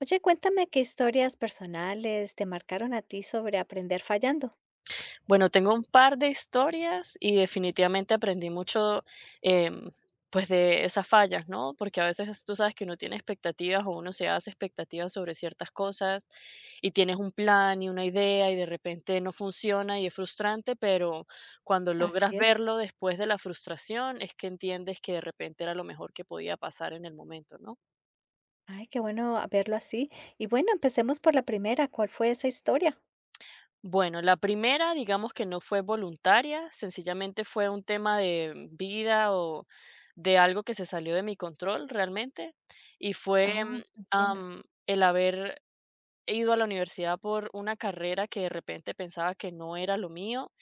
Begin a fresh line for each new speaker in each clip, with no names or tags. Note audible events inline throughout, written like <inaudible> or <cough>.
Oye, cuéntame qué historias personales te marcaron a ti sobre aprender fallando.
Bueno, tengo un par de historias y definitivamente aprendí mucho, em, pues, de esas fallas, ¿no? Porque a veces tú sabes que uno tiene expectativas o uno se hace expectativas sobre ciertas cosas y tienes un plan y una idea y de repente no funciona y es frustrante, pero cuando logras
Así es.
verlo después de la frustración es que entiendes que de repente era lo mejor que podía pasar en el momento, ¿no?
Ay, qué bueno a verlo así. Y bueno, empecemos por la primera. ¿Cuál fue esa historia?
Bueno, la primera, digamos que no fue voluntaria, sencillamente fue un tema de vida o de algo que se salió de mi control realmente, y fue
Oh, entiendo.
el haber ido a la universidad por una carrera que de repente pensaba que no era lo mío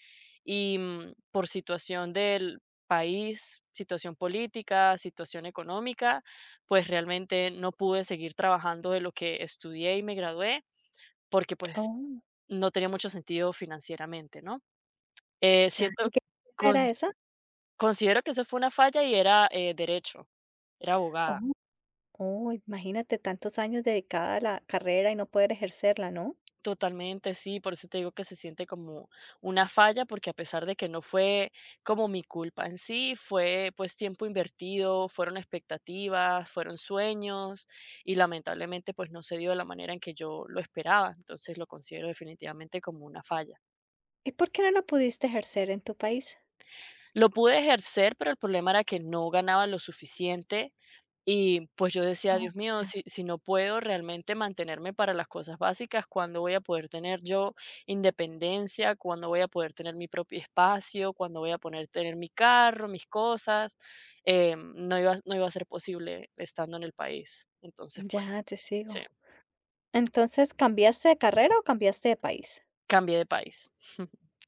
y por situación del país, situación política, situación económica, pues realmente no pude seguir trabajando de lo que estudié y me gradué porque pues
Oh,
no tenía mucho sentido financieramente, ¿no?
ya. ¿Y
Siento
qué
con
carrera era esa?
Considero que eso fue una falla y era, derecho, era abogada.
Oh, oh, imagínate tantos años dedicada a la carrera y no poder ejercerla, ¿no?
Totalmente, sí, por eso te digo que se siente como una falla, porque a pesar de que no fue como mi culpa en sí, fue, pues, tiempo invertido, fueron expectativas, fueron sueños y lamentablemente, pues, no se dio de la manera en que yo lo esperaba. Entonces, lo considero definitivamente como una falla.
¿Y por qué no la pudiste ejercer en tu país?
Lo pude ejercer, pero el problema era que no ganaba lo suficiente. Y pues yo decía,
Oh,
Dios mío,
ya.
si no puedo realmente mantenerme para las cosas básicas, ¿cuándo voy a poder tener yo independencia? ¿Cuándo voy a poder tener mi propio espacio? ¿Cuándo voy a poder tener mi carro, mis cosas? No iba a ser posible estando en el país. Entonces, pues,
Ya te
sí,
sigo. Entonces, ¿cambiaste de carrera o cambiaste de país?
cambié de país.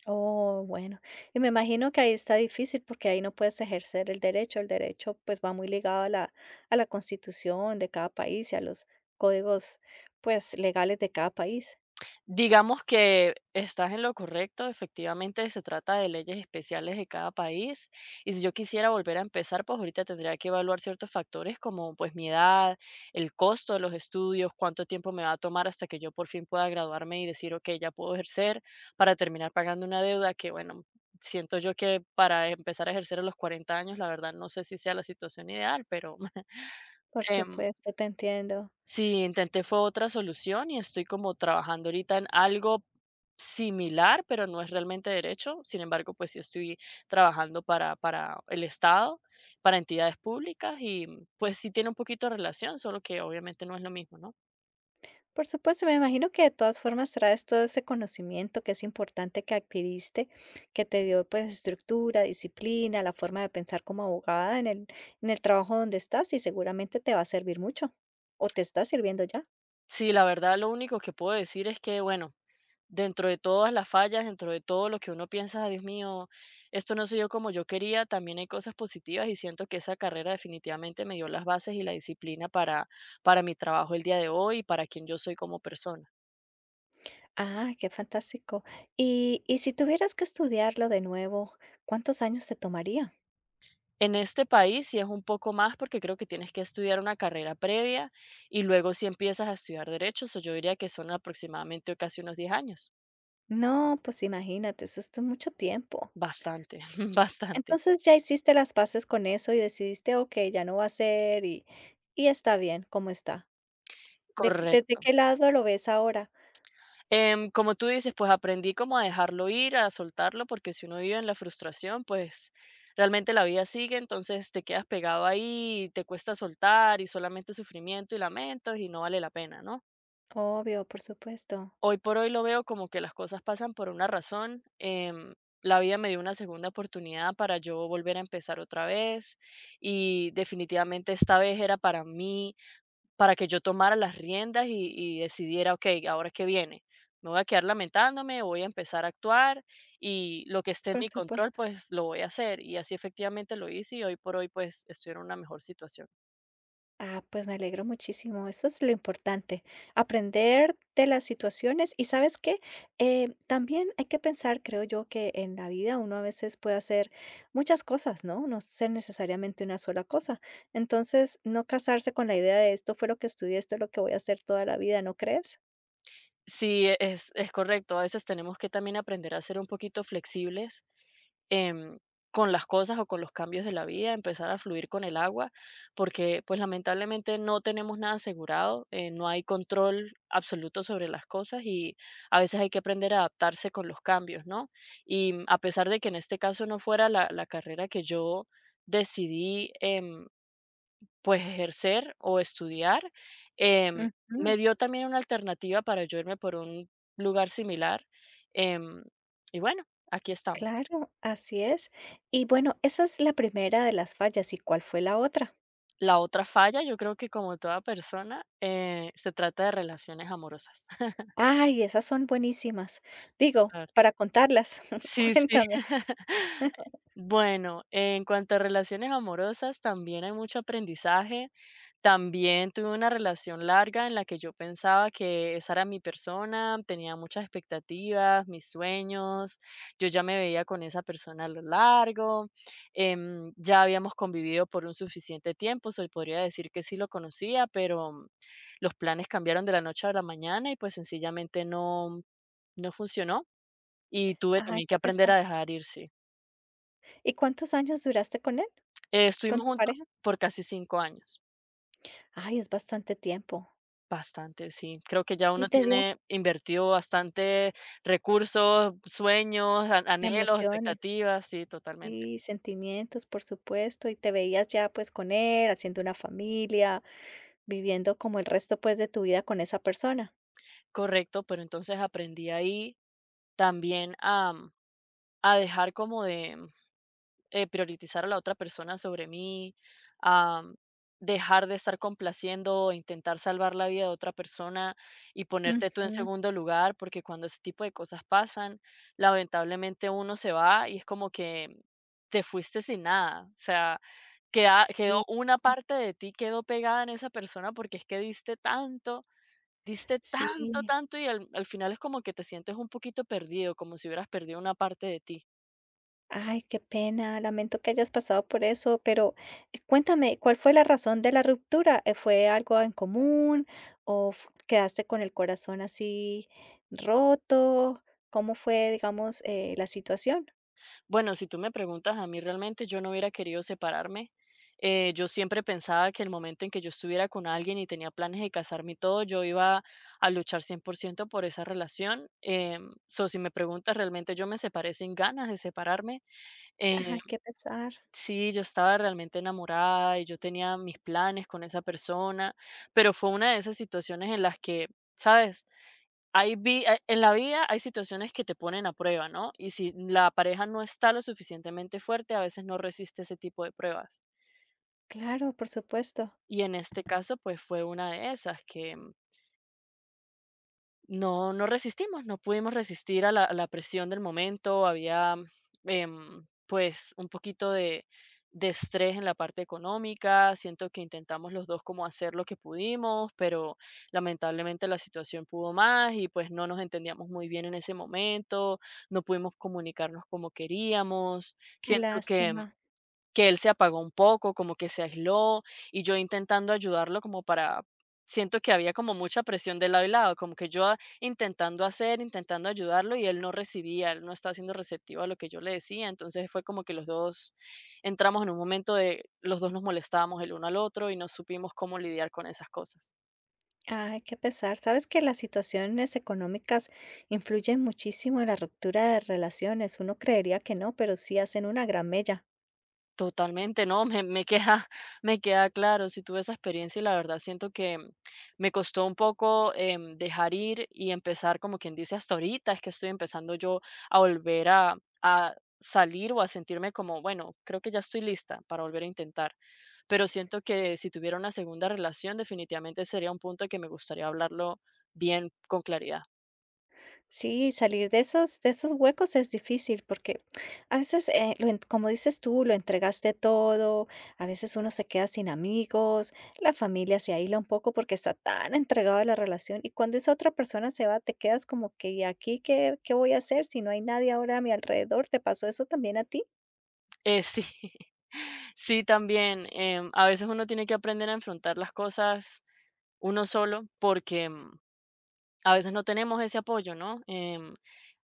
Oh, bueno. Y me imagino que ahí está difícil porque ahí no puedes ejercer el derecho. El derecho pues va muy ligado a la constitución de cada país y a los códigos pues legales de cada país.
Digamos que estás en lo correcto, efectivamente se trata de leyes especiales de cada país y si yo quisiera volver a empezar, pues ahorita tendría que evaluar ciertos factores como pues mi edad, el costo de los estudios, cuánto tiempo me va a tomar hasta que yo por fin pueda graduarme y decir, ok, ya puedo ejercer para terminar pagando una deuda que bueno, siento yo que para empezar a ejercer a los 40 años, la verdad no sé si sea la situación ideal, pero... <laughs>
Por
em,
supuesto, te entiendo.
Sí, intenté fue otra solución y estoy como trabajando ahorita en algo similar, pero no es realmente derecho. Sin embargo, pues sí estoy trabajando para el Estado, para entidades públicas y pues sí tiene un poquito de relación, solo que obviamente no es lo mismo, ¿no?
Por supuesto, me imagino que de todas formas traes todo ese conocimiento que es importante que adquiriste, que te dio pues estructura, disciplina, la forma de pensar como abogada en el trabajo donde estás y seguramente te va a servir mucho o te está sirviendo ya.
Sí, la verdad, lo único que puedo decir es que, bueno, dentro de todas las fallas, dentro de todo lo que uno piensa, "Ah, Dios mío, esto no soy yo como yo quería", también hay cosas positivas y siento que esa carrera definitivamente me dio las bases y la disciplina para mi trabajo el día de hoy y para quien yo soy como persona.
Ah, qué fantástico. Y si tuvieras que estudiarlo de nuevo, ¿cuántos años te tomaría?
En este país sí es un poco más porque creo que tienes que estudiar una carrera previa y luego si empiezas a estudiar derechos, o yo diría que son aproximadamente casi unos 10 años.
No, pues imagínate, eso es mucho tiempo.
Bastante, <laughs> bastante.
Entonces ya hiciste las paces con eso y decidiste, ok, ya no va a ser y está bien, como está. ¿De- ¿Desde
Correcto.
qué lado lo ves ahora?
Como tú dices, pues aprendí como a dejarlo ir, a soltarlo, porque si uno vive en la frustración, pues realmente la vida sigue, entonces te quedas pegado ahí, y te cuesta soltar y solamente sufrimiento y lamentos y no vale la pena, ¿no?
Obvio, por supuesto,
Hoy por hoy lo veo como que las cosas pasan por una razón. La vida me dio una segunda oportunidad para yo volver a empezar otra vez y definitivamente esta vez era para mí, para que yo tomara las riendas y decidiera, okey, ¿ahora qué viene? ¿Me voy a quedar lamentándome? ¿Voy a empezar a actuar? Y lo que esté en
por
mi control,
supuesto.
pues, lo voy a hacer. Y así efectivamente lo hice y hoy por hoy, pues, estoy en una mejor situación.
Ah, pues me alegro muchísimo, eso es lo importante, aprender de las situaciones y ¿sabes qué? También hay que pensar, creo yo, que en la vida uno a veces puede hacer muchas cosas, ¿no? No ser necesariamente una sola cosa. Entonces, no casarse con la idea de esto fue lo que estudié, esto es lo que voy a hacer toda la vida, ¿no crees?
Sí, es correcto. A veces tenemos que también aprender a ser un poquito flexibles em, con las cosas o con los cambios de la vida, empezar a fluir con el agua, porque pues lamentablemente no tenemos nada asegurado, no hay control absoluto sobre las cosas y a veces hay que aprender a adaptarse con los cambios, ¿no? Y a pesar de que en este caso no fuera la carrera que yo decidí pues ejercer o estudiar, em,
Ujú,
me dio también una alternativa para yo irme por un lugar similar. em, y bueno, aquí estamos.
claro, así es. Y bueno, esa es la primera de las fallas, ¿y cuál fue la otra?
La otra falla, yo creo que como toda persona, se trata de relaciones amorosas.
Ay, esas son buenísimas. Digo,
<laughs>
para contarlas. <laughs>
Sí, sí.
Cuéntame.
<laughs>
<laughs>
Bueno, en cuanto a relaciones amorosas, también hay mucho aprendizaje. También tuve una relación larga en la que yo pensaba que esa era mi persona, tenía muchas expectativas, mis sueños, yo ya me veía con esa persona a lo largo, ya habíamos convivido por un suficiente tiempo, so, podría decir que sí lo conocía, pero los planes cambiaron de la noche a la mañana y pues sencillamente no, no funcionó. Y tuve
Ay,
también que
qué
aprender
pesar.
a dejar ir, sí.
¿Y cuántos años duraste con él, con
Estuvimos
tu
juntos
pareja?
por casi 5 años.
Ay, es bastante tiempo.
Bastante, sí. Creo que ya
Y
uno
te dio
tiene invertido bastante recursos, sueños, an anhelos,
emociones,
expectativas, sí, totalmente.
sí, sentimientos, por supuesto, y te veías ya, pues, con él, haciendo una familia, viviendo como el resto, pues, de tu vida con esa persona.
Correcto, pero entonces aprendí ahí también a, a dejar como de priorizar a la otra persona sobre mí, a dejar de estar complaciendo o intentar salvar la vida de otra persona y ponerte tú en
Ujú,
segundo lugar, porque cuando ese tipo de cosas pasan, lamentablemente uno se va y es como que te fuiste sin nada. O sea, queda, quedó
sí,
una parte de ti, quedó pegada en esa persona porque es que diste tanto. Diste tanto,
sí.
tanto y al, al final es como que te sientes un poquito perdido, como si hubieras perdido una parte de ti.
Ay, qué pena, lamento que hayas pasado por eso, pero cuéntame, ¿cuál fue la razón de la ruptura? ¿Fue algo en común o fu- quedaste con el corazón así roto? ¿Cómo fue, digamos, la situación?
Bueno, si tú me preguntas a mí, realmente yo no hubiera querido separarme. Yo siempre pensaba que el momento en que yo estuviera con alguien y tenía planes de casarme y todo, yo iba a luchar 100% por ciento por esa relación. So, si me preguntas, realmente yo me separé sin ganas de separarme. Eh,
Ay, qué pesar.
sí, yo estaba realmente enamorada y yo tenía mis planes con esa persona, pero fue una de esas situaciones en las que, ¿sabes? Hay vi En la vida hay situaciones que te ponen a prueba, ¿no? Y si la pareja no está lo suficientemente fuerte, a veces no resiste ese tipo de pruebas.
Claro, por supuesto.
Y en este caso, pues, fue una de esas que no, no resistimos, no pudimos resistir a la presión del momento, había, pues, un poquito de estrés en la parte económica, siento que intentamos los 2 como hacer lo que pudimos, pero lamentablemente la situación pudo más y, pues, no nos entendíamos muy bien en ese momento, no pudimos comunicarnos como queríamos.
Qué
Siento
lástima.
que él se apagó un poco, como que se aisló, y yo intentando ayudarlo como para, siento que había como mucha presión de lado y lado, como que yo intentando hacer, intentando ayudarlo y él no recibía, él no estaba siendo receptivo a lo que yo le decía, entonces fue como que los dos entramos en un momento de los dos nos molestábamos el uno al otro y no supimos cómo lidiar con esas cosas.
Ay, qué pesar. Sabes que las situaciones económicas influyen muchísimo en la ruptura de relaciones. Uno creería que no, pero sí hacen una gran mella.
Totalmente, no, me queda, <laughs> me queda claro, si tuve esa experiencia y la verdad siento que me costó un poco dejar ir y empezar, como quien dice, hasta ahorita es que estoy empezando yo a volver a salir o a sentirme como, bueno, creo que ya estoy lista para volver a intentar, pero siento que si tuviera una segunda relación definitivamente sería un punto que me gustaría hablarlo bien con claridad.
Sí, salir de esos huecos es difícil porque a veces, lo en como dices tú, lo entregaste todo, a veces uno se queda sin amigos, la familia se aísla un poco porque está tan entregado a la relación, y cuando esa otra persona se va, te quedas como que, ¿y aquí qué voy a hacer si no hay nadie ahora a mi alrededor? ¿Te pasó eso también a ti?
Sí, <laughs> sí, también, a veces uno tiene que aprender a enfrentar las cosas uno solo, porque, a veces no tenemos ese apoyo, ¿no?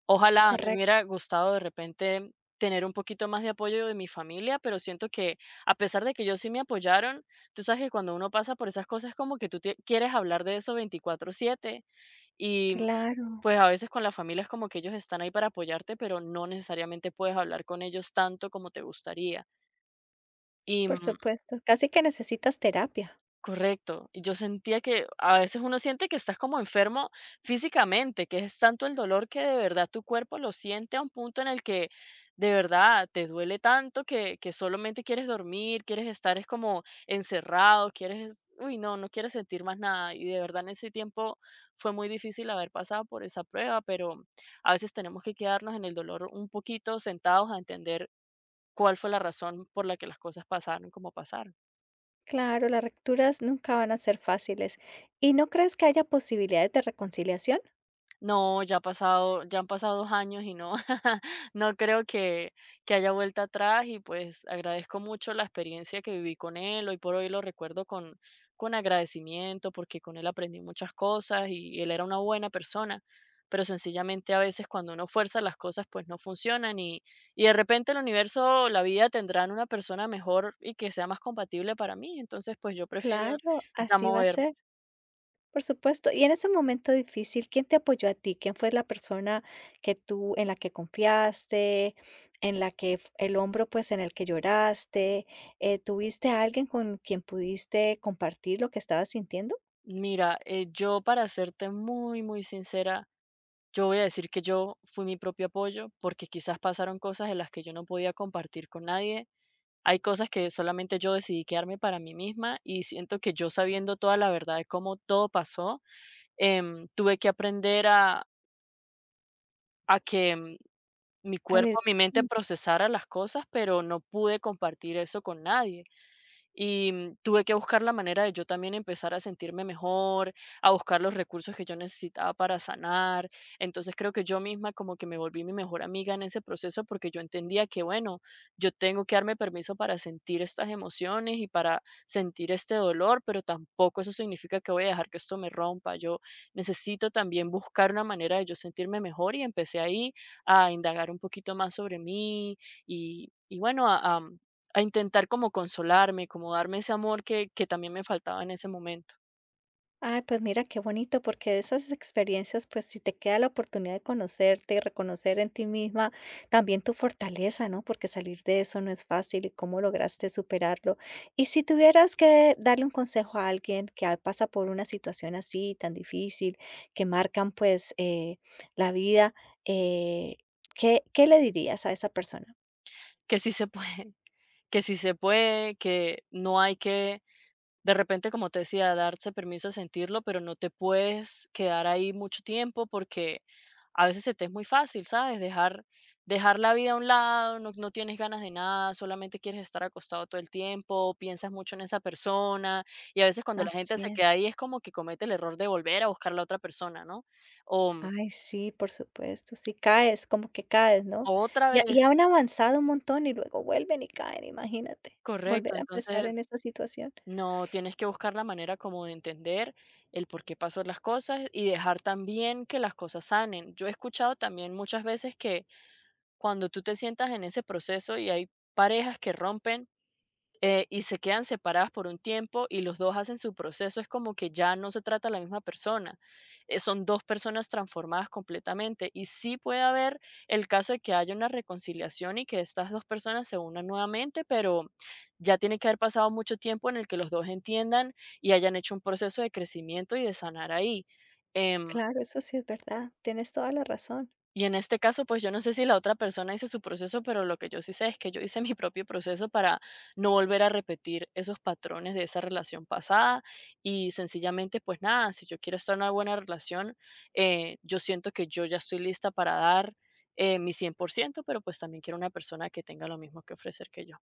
Ojalá, me
Correcto,
hubiera gustado de repente tener un poquito más de apoyo de mi familia, pero siento que, a pesar de que ellos sí me apoyaron, tú sabes que cuando uno pasa por esas cosas, como que tú te quieres hablar de eso 24/7 y,
claro,
pues, a veces con la familia es como que ellos están ahí para apoyarte, pero no necesariamente puedes hablar con ellos tanto como te gustaría. Y,
por
mm
supuesto. Casi que necesitas terapia.
Correcto. Y yo sentía que a veces uno siente que estás como enfermo físicamente, que es tanto el dolor que de verdad tu cuerpo lo siente a un punto en el que de verdad te duele tanto que solamente quieres dormir, quieres estar es como encerrado, quieres, uy, no, no quieres sentir más nada. Y de verdad en ese tiempo fue muy difícil haber pasado por esa prueba, pero a veces tenemos que quedarnos en el dolor un poquito sentados a entender cuál fue la razón por la que las cosas pasaron como pasaron.
Claro, las rupturas nunca van a ser fáciles. ¿Y no crees que haya posibilidades de reconciliación?
No, ya han pasado 2 años y no, <laughs> no creo que haya vuelta atrás y, pues, agradezco mucho la experiencia que viví con él. Hoy por hoy lo recuerdo con agradecimiento, porque con él aprendí muchas cosas y él era una buena persona, pero sencillamente a veces cuando uno fuerza las cosas, pues, no funcionan y de repente el universo, la vida tendrán una persona mejor y que sea más compatible para mí. Entonces, pues, yo prefiero
Claro,
ya
así va a
moverme.
ser. Por supuesto. Y en ese momento difícil, ¿quién te apoyó a ti? ¿Quién fue la persona que tú en la que confiaste, en la que f- el hombro, pues, en el que lloraste? ¿Tuviste a alguien con quien pudiste compartir lo que estabas sintiendo?
Mira, yo para serte muy, muy sincera, yo voy a decir que yo fui mi propio apoyo, porque quizás pasaron cosas en las que yo no podía compartir con nadie. Hay cosas que solamente yo decidí quedarme para mí misma y siento que yo sabiendo toda la verdad de cómo todo pasó, tuve que aprender a, a que mm, mi
Ale,
cuerpo, mi mente procesara las cosas, pero no pude compartir eso con nadie. Y tuve que buscar la manera de yo también empezar a sentirme mejor, a buscar los recursos que yo necesitaba para sanar. Entonces creo que yo misma como que me volví mi mejor amiga en ese proceso porque yo entendía que, bueno, yo tengo que darme permiso para sentir estas emociones y para sentir este dolor, pero tampoco eso significa que voy a dejar que esto me rompa. Yo necesito también buscar una manera de yo sentirme mejor y empecé ahí a indagar un poquito más sobre mí y bueno, a intentar como consolarme, como darme ese amor que también me faltaba en ese momento,
ay, pues mira qué bonito, porque de esas experiencias, pues si te queda la oportunidad de conocerte y reconocer en ti misma también tu fortaleza, ¿no? Porque salir de eso no es fácil y cómo lograste superarlo. Y si tuvieras que darle un consejo a alguien que a- pasa por una situación así tan difícil, que marcan pues la vida, eh, ¿qué, qué le dirías a esa persona?
que sí se puede, <laughs> que sí se puede, que no hay que, de repente, como te decía, darse permiso de sentirlo, pero no te puedes quedar ahí mucho tiempo porque a veces se te es muy fácil, ¿sabes? Dejar la vida a un lado, no tienes ganas de nada, solamente quieres estar acostado todo el tiempo, piensas mucho en esa persona, y a veces cuando la gente
Así
se queda
es.
ahí es como que comete el error de volver a buscar a la otra persona, ¿no? O
Ay, sí, por supuesto, sí, caes, como que caes, ¿no?
Otra
Y
vez,
y han avanzado un montón y luego vuelven y caen, imagínate, volver
correcto.
a empezar
Entonces,
en esa situación.
no, tienes que buscar la manera como de entender el por qué pasó las cosas y dejar también que las cosas sanen. Yo he escuchado también muchas veces que cuando tú te sientas en ese proceso y hay parejas que rompen, y se quedan separadas por un tiempo y los dos hacen su proceso, es como que ya no se trata la misma persona, son dos personas transformadas completamente y sí puede haber el caso de que haya una reconciliación y que estas dos personas se unan nuevamente, pero ya tiene que haber pasado mucho tiempo en el que los dos entiendan y hayan hecho un proceso de crecimiento y de sanar ahí. Em,
Claro, eso sí es verdad, tienes toda la razón.
y en este caso, pues yo no sé si la otra persona hizo su proceso, pero lo que yo sí sé es que yo hice mi propio proceso para no volver a repetir esos patrones de esa relación pasada y sencillamente, pues nada, si yo quiero estar en una buena relación, yo siento que yo ya estoy lista para dar mi 100%, pero pues también quiero una persona que tenga lo mismo que ofrecer que yo.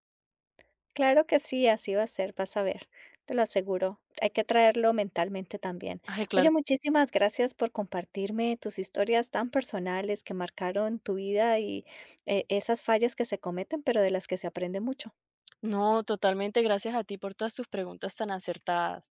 Claro que sí, así va a ser, vas a ver, te lo aseguro. Hay que traerlo mentalmente también.
Ay,
Oye,
claro que sí.
muchísimas gracias por compartirme tus historias tan personales que marcaron tu vida y esas fallas que se cometen, pero de las que se aprende mucho.
No, totalmente, gracias a ti por todas tus preguntas tan acertadas.